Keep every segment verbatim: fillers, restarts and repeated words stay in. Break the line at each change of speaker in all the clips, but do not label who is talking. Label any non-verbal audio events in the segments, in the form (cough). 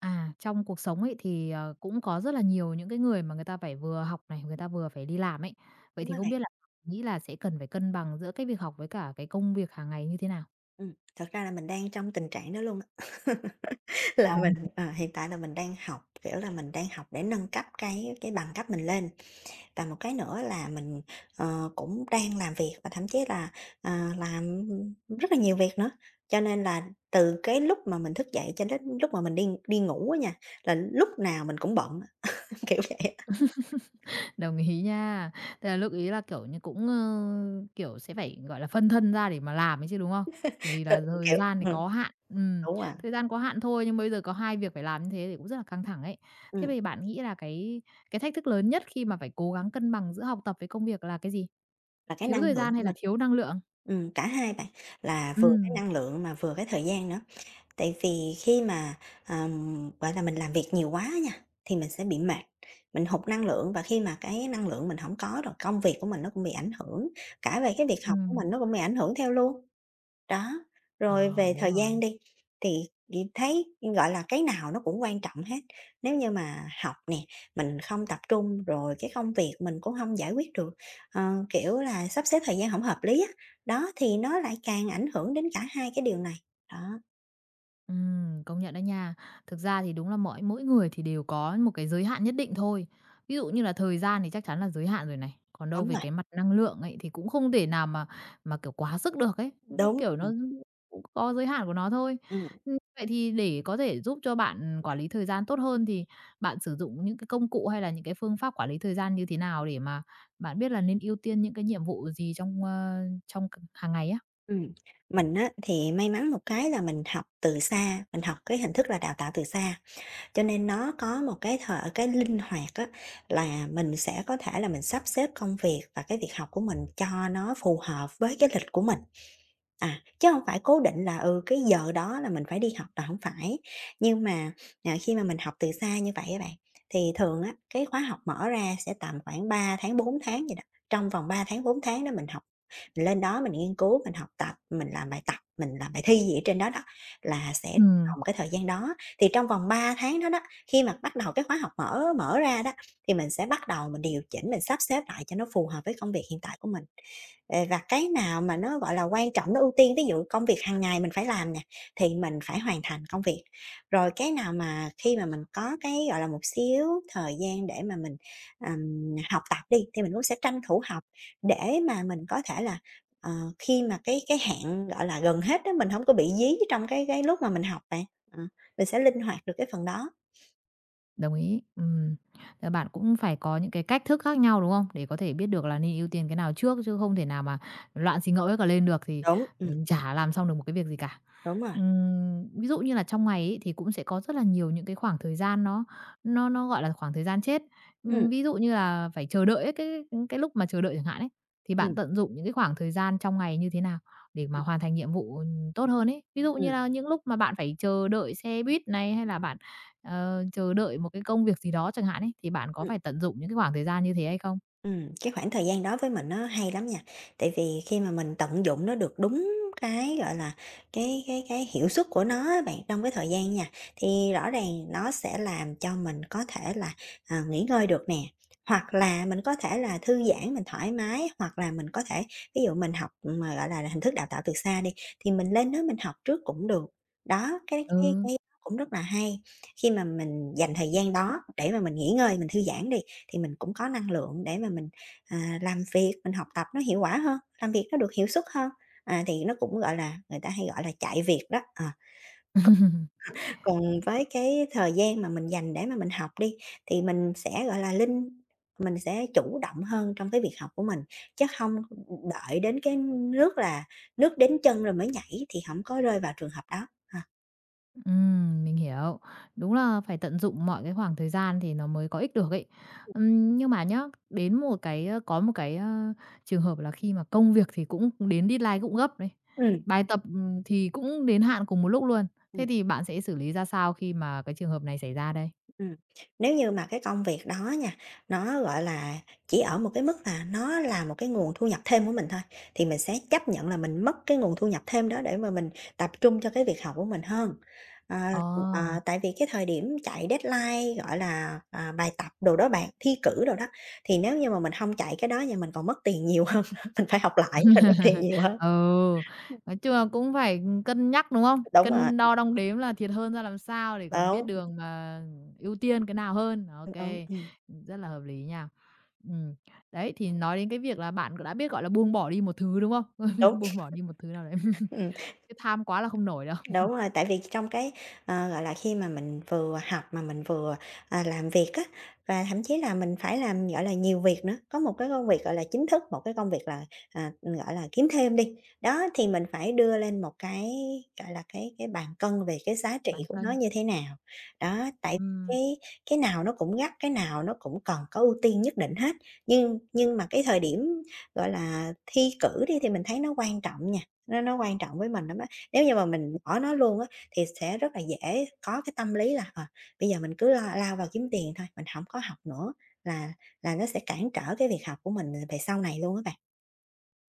À, trong cuộc sống ấy thì, ờ, cũng có rất là nhiều những cái người mà người ta phải vừa học này, người ta vừa phải đi làm ấy. Vậy
Đúng
thì
rồi
không
bạn.
biết là nghĩ là sẽ cần phải cân bằng giữa cái việc học với cả cái công việc hàng ngày như thế nào?
Ừ. thật ra là mình đang trong tình trạng đó luôn á, (laughs) là mình,
Vâng.
ờ, hiện tại là mình đang học, kiểu là, mình đang học để nâng cấp cái cái bằng cấp mình lên. Và một cái nữa là mình, ờ, cũng đang làm việc và thậm chí là, ờ, làm rất là nhiều việc nữa. Cho nên là từ cái lúc mà mình thức dậy cho đến lúc mà mình đi đi ngủ á nha, là lúc nào mình cũng bận á, (laughs) kiểu vậy á.
(laughs) Đồng ý nha. Tức là lúc ý là, kiểu như, cũng, ơ, kiểu, sẽ phải, gọi là, phân thân ra để mà làm ấy chứ, đúng không? Bởi vì
Nên,
là thời
kiểu
gian thì
ừm,
có hạn, ừm,
đúng rồi.
thời gian có hạn thôi, nhưng bây giờ có hai việc phải làm như thế thì cũng rất là căng thẳng ấy. Thế
Ừ.
vậy bạn nghĩ là cái cái thách thức lớn nhất khi mà phải cố gắng cân bằng giữa học tập với công việc là cái gì?
Là cái
Thiếu
năng
thời
lượng
gian
của
hay là
mình.
thiếu năng lượng?
Ừ, cả hai bạn, là vừa cái
Ừm,
năng lượng mà vừa cái thời gian nữa. Tại vì khi mà, ờm, gọi là, mình làm việc nhiều quá nha, thì mình sẽ bị mệt, mình hụt năng lượng và khi mà cái năng lượng mình không có rồi công việc của mình nó cũng bị ảnh hưởng, cả về cái việc học của mình
ừm.
nó cũng bị ảnh hưởng theo luôn. Đó, rồi
Ờ,
về
đúng
thời
rồi.
gian đi, thì thì thấy, gọi là, cái nào nó cũng quan trọng hết. Nếu như mà học nè, mình không tập trung, rồi cái công việc mình cũng không giải quyết được, ờ, kiểu là, sắp xếp thời gian không hợp lý á, đó, thì nó lại càng ảnh hưởng đến cả hai cái điều này. Đó,
Ừm, công nhận đó nha. Thực ra thì đúng là mỗi mỗi người thì đều có một cái giới hạn nhất định thôi. Ví dụ như là thời gian thì chắc chắn là giới hạn rồi này, còn đâu
đúng
về
rồi.
cái mặt năng lượng ấy thì cũng không thể nào mà mà, kiểu, quá sức được ấy, ưm,
Đúng,
kiểu, nó cũng có giới hạn của nó thôi.
ừm,
Ừm, vậy thì để có thể giúp cho bạn quản lý thời gian tốt hơn thì bạn sử dụng những cái công cụ hay là những cái phương pháp quản lý thời gian như thế nào để mà bạn biết là nên ưu tiên những cái nhiệm vụ gì trong, ơ, trong hàng ngày á?
ừm. Mình á, thì may mắn một cái là mình học từ xa, mình học cái hình thức là đào tạo từ xa, cho nên nó có một cái thợ cái linh hoạt á, là mình sẽ có thể là mình sắp xếp công việc và cái việc học của mình cho nó phù hợp với cái lịch của mình. À, chứ không phải cố định là, ừ, cái giờ đó là mình phải đi học là không phải. Nhưng mà, à, khi mà mình học từ xa như vậy các bạn, thì thường á, cái khóa học mở ra sẽ tầm khoảng ba tháng, bốn tháng vậy đó. Trong vòng ba tháng, bốn tháng đó mình học, mình lên đó mình nghiên cứu, mình học tập, mình làm bài tập, mình làm bài thi gì ở trên đó đó, là sẽ trong
Ừm.
vòng cái thời gian đó. Thì trong vòng ba tháng đó đó, khi mà bắt đầu cái khóa học mở mở ra đó, thì mình sẽ bắt đầu mình điều chỉnh, mình sắp xếp lại cho nó phù hợp với công việc hiện tại của mình. Ờ, và cái nào mà nó, gọi là, quan trọng, nó ưu tiên, ví dụ công việc hàng ngày mình phải làm nè, thì mình phải hoàn thành công việc. Rồi cái nào mà khi mà mình có cái, gọi là, một xíu thời gian để mà mình, ừm, học tập đi, thì mình cũng sẽ tranh thủ học để mà mình có thể là, ờ, khi mà cái cái hạn, gọi là, gần hết đó mình không có bị dí trong cái cái lúc mà mình học bạn. Ờ, mình sẽ linh hoạt được cái phần đó.
Đồng ý. Ừm, là bạn cũng phải có những cái cách thức khác nhau, đúng không? Để có thể biết được là nên ưu tiên cái nào trước chứ không thể nào mà loạn xì ngẫu hết cả lên được thì,
Đúng, ừm,
ừm, chả làm xong được một cái việc gì cả.
đúng rồi.
Ừm, ví dụ như là trong ngày ấy thì cũng sẽ có rất là nhiều những cái khoảng thời gian nó nó nó, gọi là, khoảng thời gian chết.
Ừm,
Ừm, ví dụ như là phải chờ đợi ấy, cái cái lúc mà chờ đợi chẳng hạn ấy, thì
Ừm,
bạn
ừm,
tận dụng những cái khoảng thời gian trong ngày như thế nào để mà
ừm,
hoàn thành nhiệm vụ, tốt hơn ấy? Ví dụ như
ừm,
là những lúc mà bạn phải chờ đợi xe buýt này, hay là bạn, ờ, chờ đợi một cái công việc gì đó chẳng hạn ấy, thì bạn có phải tận dụng những cái khoảng thời gian như thế hay không?
ừm. Cái khoảng thời gian đó với mình nó hay lắm nha, tại vì khi mà mình tận dụng nó được đúng cái, gọi là, cái cái cái hiệu suất của nó á bạn, trong cái thời gian nha, thì rõ ràng nó sẽ làm cho mình có thể là, à, nghỉ ngơi được nè, hoặc là mình có thể là thư giãn, mình thoải mái, hoặc là mình có thể ví dụ mình học mà, gọi là, hình thức đào tạo từ xa đi, thì mình lên đó mình học trước cũng được. Đó, cái cái
Ừ.
cái cũng rất là hay, khi mà mình dành thời gian đó để mà mình nghỉ ngơi, mình thư giãn đi, thì mình cũng có năng lượng để mà mình, à, làm việc, mình học tập nó hiệu quả hơn, làm việc nó được hiệu suất hơn, à, thì nó cũng, gọi là, người ta hay gọi là chạy việc đó, ờ. Còn với cái thời gian mà mình dành để mà mình học đi, thì mình sẽ, gọi là, linh mình sẽ chủ động hơn trong cái việc học của mình, chứ không đợi đến cái nước là nước đến chân rồi mới nhảy thì không có rơi vào trường hợp đó, à,
Ừm, mình hiểu. Đúng là phải tận dụng mọi cái khoảng thời gian thì nó mới có ích được ấy. Ừm, nhưng mà nhá, đến một cái ơ, có một cái, ơ, trường hợp là khi mà công việc thì cũng đến deadline cũng gấp này,
ừm.
bài tập, ừm, thì cũng đến hạn cùng một lúc luôn. Thế thì bạn sẽ xử lý ra sao khi mà cái trường hợp này xảy ra đây?
Ừm, nếu như mà cái công việc đó nha, nó, gọi là, chỉ ở một cái mức là nó là một cái nguồn thu nhập thêm của mình thôi, thì mình sẽ chấp nhận là mình mất cái nguồn thu nhập thêm đó để mà mình tập trung cho cái việc học của mình hơn. Ờ,
Ờ.
ờ, tại vì cái thời điểm chạy deadline, gọi là, à, bài tập đồ đó bạn, thi cử đồ đó, thì nếu như mà mình không chạy cái đó thì mình còn mất tiền nhiều hơn (laughs) mình phải học lại, mình mất tiền nhiều
(laughs)
hơn.
Ừ, nói chung là cũng phải cân nhắc, đúng không?
Đúng rồi,
Cân đo đong đếm là thiệt hơn ra làm sao để còn biết
đúng,
đường mà ưu tiên cái nào hơn. Ok,
đúng, ừm,
rất là hợp lý nha. Ừm, đấy, thì nói đến cái việc là bạn đã biết, gọi là, buông bỏ đi một thứ, đúng không? (laughs) Biết
đúng,
Buông bỏ đi một thứ nào đấy,
ừm.
(laughs) cái tham quá là không nổi đâu.
Đúng rồi, tại vì trong cái, ờ, gọi là, khi mà mình vừa học mà mình vừa, à, làm việc á, và thậm chí là mình phải làm, gọi là, nhiều việc nữa, có một cái công việc, gọi là, chính thức, một cái công việc là, à, gọi là, kiếm thêm đi. Đó, thì mình phải đưa lên một cái, gọi là, cái cái bàn cân về cái giá trị
Bạn
của nó
cân,
như thế nào. Đó, tại vì
ừm.
cái cái nào nó cũng gắt, cái nào nó cũng cần có ưu tiên nhất định hết. Nhưng nhưng mà cái thời điểm, gọi là, thi cử đi thì mình thấy nó quan trọng nha, nó nó quan trọng với mình lắm á. Nếu như mà mình bỏ nó luôn á, thì sẽ rất là dễ có cái tâm lý là, ờ, bây giờ mình cứ lo lao vào kiếm tiền thôi, mình không có học nữa là là nó sẽ cản trở cái việc học của mình về sau này luôn á bạn.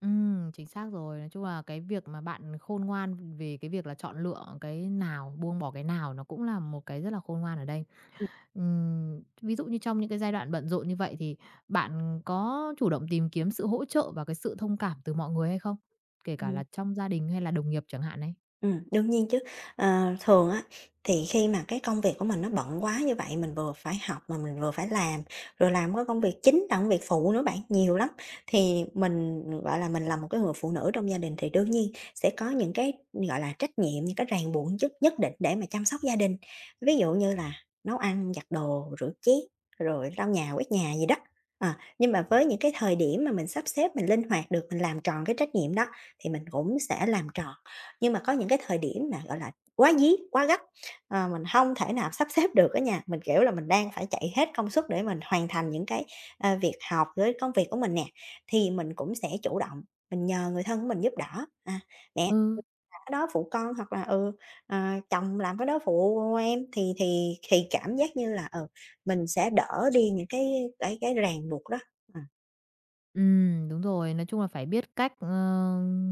Ừm, chính xác rồi. Nói chung là cái việc mà bạn khôn ngoan về cái việc là chọn lựa cái nào, buông bỏ cái nào nó cũng là một cái rất là khôn ngoan ở đây.
Ừm.
Ừm, ví dụ như trong những cái giai đoạn bận rộn như vậy thì bạn có chủ động tìm kiếm sự hỗ trợ và cái sự thông cảm từ mọi người hay không? Kể cả là trong gia đình hay là đồng nghiệp chẳng hạn ấy.
Ừm, đương nhiên chứ. Ờ, thường á, thì khi mà cái công việc của mình nó bận quá như vậy, mình vừa phải học mà mình vừa phải làm, rồi làm có công việc chính là công việc phụ nữa bạn, nhiều lắm. Thì mình, gọi là, mình là một cái người phụ nữ trong gia đình thì đương nhiên sẽ có những cái, gọi là, trách nhiệm, những cái ràng buộc nhất nhất định để mà chăm sóc gia đình. Ví dụ như là nấu ăn, giặt đồ, rửa chén, rồi lau nhà, quét nhà gì đó. À, nhưng mà với những cái thời điểm mà mình sắp xếp, mình linh hoạt được, mình làm tròn cái trách nhiệm đó thì mình cũng sẽ làm tròn. Nhưng mà có những cái thời điểm mà, gọi là, quá dí, quá gấp, ờ, mình không thể nào sắp xếp được á nhà Mình, kiểu là, mình đang phải chạy hết công suất để mình hoàn thành những cái, ờ, việc học với công việc của mình nè, thì mình cũng sẽ chủ động, mình nhờ người thân của mình giúp đỡ, à, "Mẹ làm
Ừ.
cái đó phụ con" hoặc là "Ừ, ờ, chồng làm cái đó phụ em." Thì thì thì cảm giác như là, ừ, mình sẽ đỡ đi những cái cái cái ràng buộc đó. Ờ.
Ừm, đúng rồi. Nói chung là phải biết cách, ờ,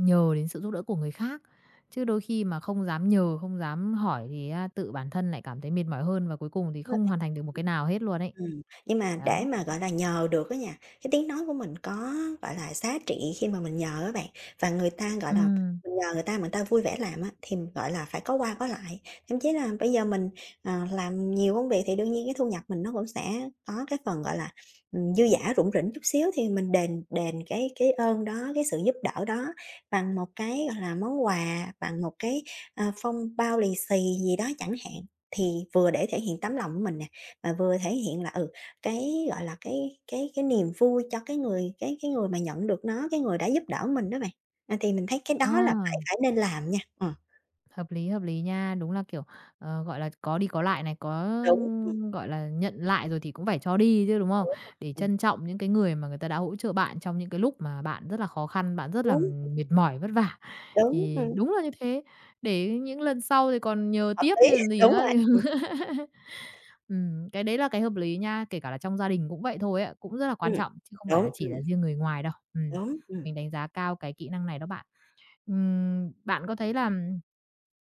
nhờ đến sự giúp đỡ của người khác, chứ đôi khi mà không dám nhờ, không dám hỏi thì á tự bản thân lại cảm thấy mệt mỏi hơn và cuối cùng thì
Đúng rồi
không
bạn.
hoàn thành được một
Ừm.
cái nào hết luôn ấy.
Ừm, nhưng mà
Đấy.
để mà, gọi là, nhờ được á nha, cái tiếng nói của mình có, gọi là, giá trị khi mà mình nhờ á bạn, và người ta, gọi là,
Ừm,
mình nhờ người ta mà người ta vui vẻ làm á, thì, gọi là, phải có qua có lại. Thậm chí là bây giờ mình, ờ, làm nhiều công việc thì đương nhiên cái thu nhập mình nó cũng sẽ có cái phần, gọi là, ừm, dư dả, rủng rỉnh chút xíu thì mình đền đền cái cái ơn đó, cái sự giúp đỡ đó bằng một cái, gọi là, món quà, bằng một cái, ờ, phong bao lì xì gì đó chẳng hạn. Thì vừa để thể hiện tấm lòng của mình nè, mà vừa thể hiện là, ừ, cái, gọi là, cái cái cái niềm vui cho cái người cái cái người mà nhận được nó, cái người đã giúp đỡ mình đó bạn. À, thì mình thấy cái
ờ.
đó là phải phải nên làm nha. Ừm,
Hợp lý, hợp lý nha. Đúng là, kiểu, ờ, gọi là, có đi có lại này, có,
đúng,
gọi là, nhận lại rồi thì cũng phải cho đi chứ, đúng
đúng
không?
rồi,
Để
ừm,
trân trọng những cái người mà người ta đã hỗ trợ bạn trong những cái lúc mà bạn rất là khó khăn, bạn rất là
đúng,
mệt mỏi, vất vả.
đúng,
Thì
ừm,
đúng là như thế, để những lần sau thì còn nhờ
hợp
tiếp
lý, (laughs)
chứ còn gì
đúng
nữa.
rồi, ừm,
(laughs) Ừm, cái đấy là cái hợp lý nha, kể cả là trong gia đình cũng vậy thôi ạ cũng rất là quan
ừm,
trọng chứ không phải
đúng,
là chỉ
ừm,
là riêng người ngoài đâu. Ừm,
đúng, ừm.
mình đánh giá cao cái kỹ năng này đó bạn. Ừm, bạn có thấy là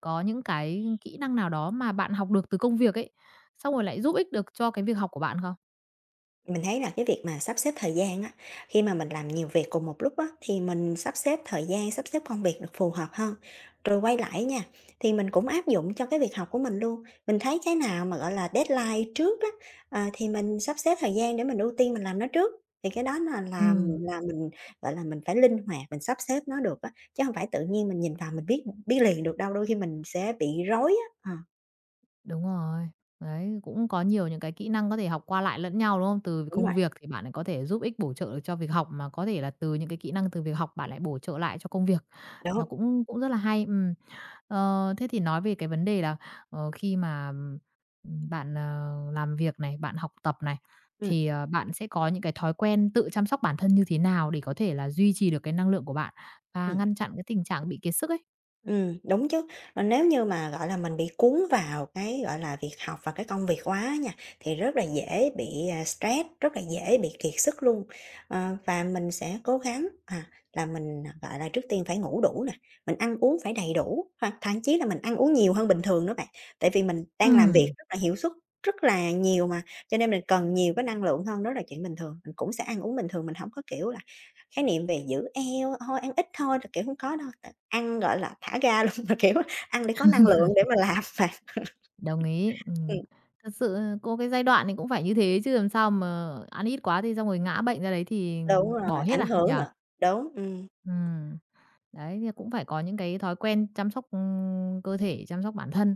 có những cái kỹ năng nào đó mà bạn học được từ công việc ấy, xong rồi lại giúp ích được cho cái việc học của bạn không?
Mình thấy là cái việc mà sắp xếp thời gian á, khi mà mình làm nhiều việc cùng một lúc á, thì mình sắp xếp thời gian, sắp xếp công việc được phù hợp hơn. Rồi quay lại nha, thì mình cũng áp dụng cho cái việc học của mình luôn. Mình thấy cái nào mà, gọi là, deadline trước á, ờ, thì mình sắp xếp thời gian để mình ưu tiên mình làm nó trước, thì cái đó là là
Ừm,
là mình, gọi là, mình phải linh hoạt, mình sắp xếp nó được á, chứ không phải tự nhiên mình nhìn vào mình biết biết liền được đâu, đôi khi mình sẽ bị rối á. Ờ,
đúng rồi. Đấy, cũng có nhiều những cái kỹ năng có thể học qua lại lẫn nhau, đúng không? Từ
đúng rồi,
công việc thì bạn lại có thể giúp ích bổ trợ được cho việc học, mà có thể là từ những cái kỹ năng từ việc học bạn lại bổ trợ lại cho công việc. Nó
đúng,
cũng cũng rất là hay, ừm. Ờ, thế thì nói về cái vấn đề là, ờ, khi mà, ừm, bạn, ờ, làm việc này, bạn học tập này,
ừ
thì, ờ, bạn sẽ có những cái thói quen tự chăm sóc bản thân như thế nào để có thể là duy trì được cái năng lượng của bạn và
ừm.
ngăn chặn cái tình trạng bị kiệt sức ấy?
Ừm, đúng chứ. Ờ, nếu như mà, gọi là, mình bị cuốn vào cái, gọi là, việc học và cái công việc quá nha, thì rất là dễ bị, à, stress, rất là dễ bị kiệt sức luôn. Ờ, và mình sẽ cố gắng, à, là mình, à, gọi là, trước tiên phải ngủ đủ nè, mình ăn uống phải đầy đủ, hoặc thậm chí là mình ăn uống nhiều hơn bình thường đó bạn. Tại vì mình đang làm việc
Ừm,
rất là hiệu suất, rất là nhiều mà, cho nên mình cần nhiều cái năng lượng hơn, đó là chuyện bình thường. Mình cũng sẽ ăn uống bình thường, mình không có, kiểu là, khái niệm về giữ eo, thôi ăn ít thôi là, kiểu, hông có đâu, tại ăn, gọi là, thả ga (laughs) luôn, mà, kiểu, ăn để có năng lượng để mà làm mà.
đồng ý,
Ừm,
ừm. Thật sự ờ, có cái giai đoạn thì cũng phải như thế chứ làm sao mà ăn ít quá thì xong rồi ngã bệnh ra đấy thì
đúng
bỏ
rồi,
hết
ảnh
à, nhỉ?
hưởng nữa. Đúng, ừm,
Ừm. Đấy, thì cũng phải có những cái thói quen chăm sóc, ừm, cơ thể, chăm sóc bản thân,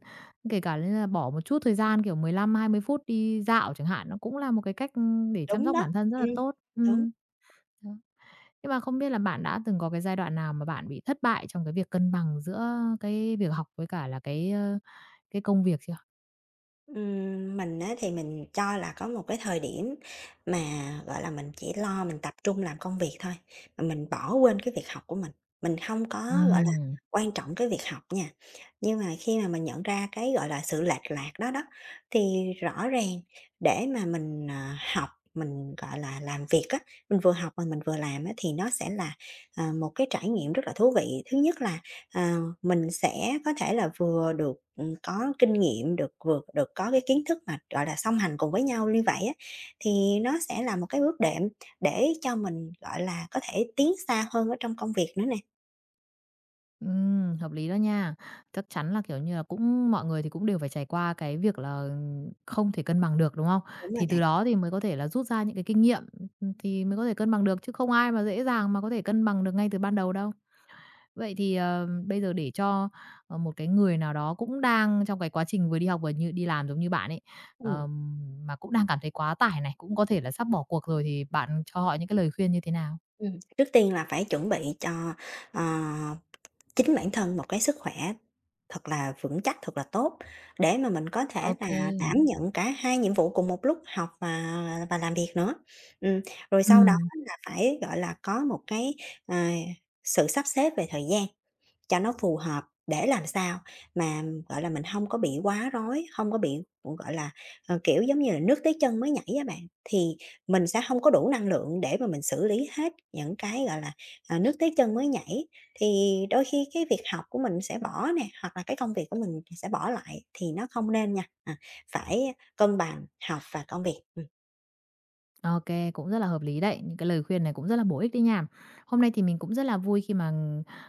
kể cả như là bỏ một chút thời gian, kiểu, mười lăm hai mươi phút đi dạo chẳng hạn, nó cũng là một cái cách, ưm, để chăm
đúng
sóc
đó,
bản thân rất là
ừm,
tốt.
đúng.
Ừm, đó. Nhưng mà không biết là bạn đã từng có cái giai đoạn nào mà bạn bị thất bại trong cái việc cân bằng giữa cái việc học với cả là cái, ơ, cái công việc chưa?
Ừm, mình á thì mình cho là có một cái thời điểm mà, gọi là, mình chỉ lo mình tập trung làm công việc thôi, mà mình bỏ quên cái việc học của mình, mình không có, gọi là,
Ừm.
quan trọng cái việc học nha. Nhưng mà khi mà mình nhận ra cái, gọi là, sự lệch lạc đó đó, thì rõ ràng để mà mình, ờ, học, mình, gọi là, làm việc á, mình vừa học mà mình vừa làm á thì nó sẽ là, ờ, một cái trải nghiệm rất là thú vị. Thứ nhất là Ờ, mình sẽ có thể là vừa được, ừm, có kinh nghiệm, được vừa được có cái kiến thức mà, gọi là, song hành cùng với nhau như vậy á, thì nó sẽ là một cái bước đệm để cho mình, gọi là, có thể tiến xa hơn ở trong công việc nữa nè.
Ừm, hợp lý đó nha. Chắc chắn là, kiểu như là, cũng mọi người thì cũng đều phải trải qua cái việc là, không thể cân bằng được, đúng không?
Đúng rồi
Thì
bạn.
từ đó thì mới có thể là rút ra những cái kinh nghiệm, ừm, thì mới có thể cân bằng được, chứ không ai mà dễ dàng mà có thể cân bằng được ngay từ ban đầu đâu. Vậy thì, ờ, bây giờ để cho, ờ, một cái người nào đó cũng đang trong cái quá trình vừa đi học vừa như đi làm giống như bạn ấy,
Ừm,
ờm, mà cũng đang cảm thấy quá tải này, cũng có thể là sắp bỏ cuộc rồi thì bạn cho họ những cái lời khuyên như thế nào?
ừm, trước tiên là phải chuẩn bị cho, ờ, chính bản thân một cái sức khỏe thật là vững chắc, thật là tốt để mà mình có thể
ok kê,
là đảm nhận cả hai nhiệm vụ cùng một lúc, học và và làm việc nữa. Ừm, rồi sau đó là phải, gọi là, có một cái, à, sự sắp xếp về thời gian. Cho nó phù hợp để làm sao mà, gọi là, mình không có bị quá rối, không có bị, gọi là, ờ, kiểu, giống như là, nước tới chân mới nhảy á bạn, thì mình sẽ không có đủ năng lượng để mà mình xử lý hết những cái, gọi là, à, nước tới chân mới nhảy. Thì đôi khi cái việc học của mình sẽ bỏ nè, hoặc là cái công việc của mình sẽ bỏ lại thì nó không nên nha, à, phải cân bằng học và công việc. Ừm,
OK, cũng rất là hợp lý đấy, những cái lời khuyên này cũng rất là bổ ích đấy nha. Hôm nay thì mình cũng rất là vui khi mà,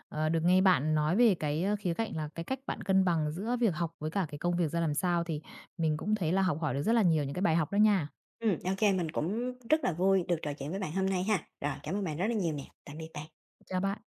ờ, được nghe bạn nói về cái, ơ, khía cạnh là cái cách bạn cân bằng giữa việc học với cả cái công việc ra làm sao, thì mình cũng thấy là học hỏi được rất là nhiều những cái bài học đó nha.
ừm, ô mình cũng rất là vui được trò chuyện với bạn hôm nay ha. Rồi, cảm ơn bạn rất là nhiều nè. Tạm biệt bạn.
Chào bạn.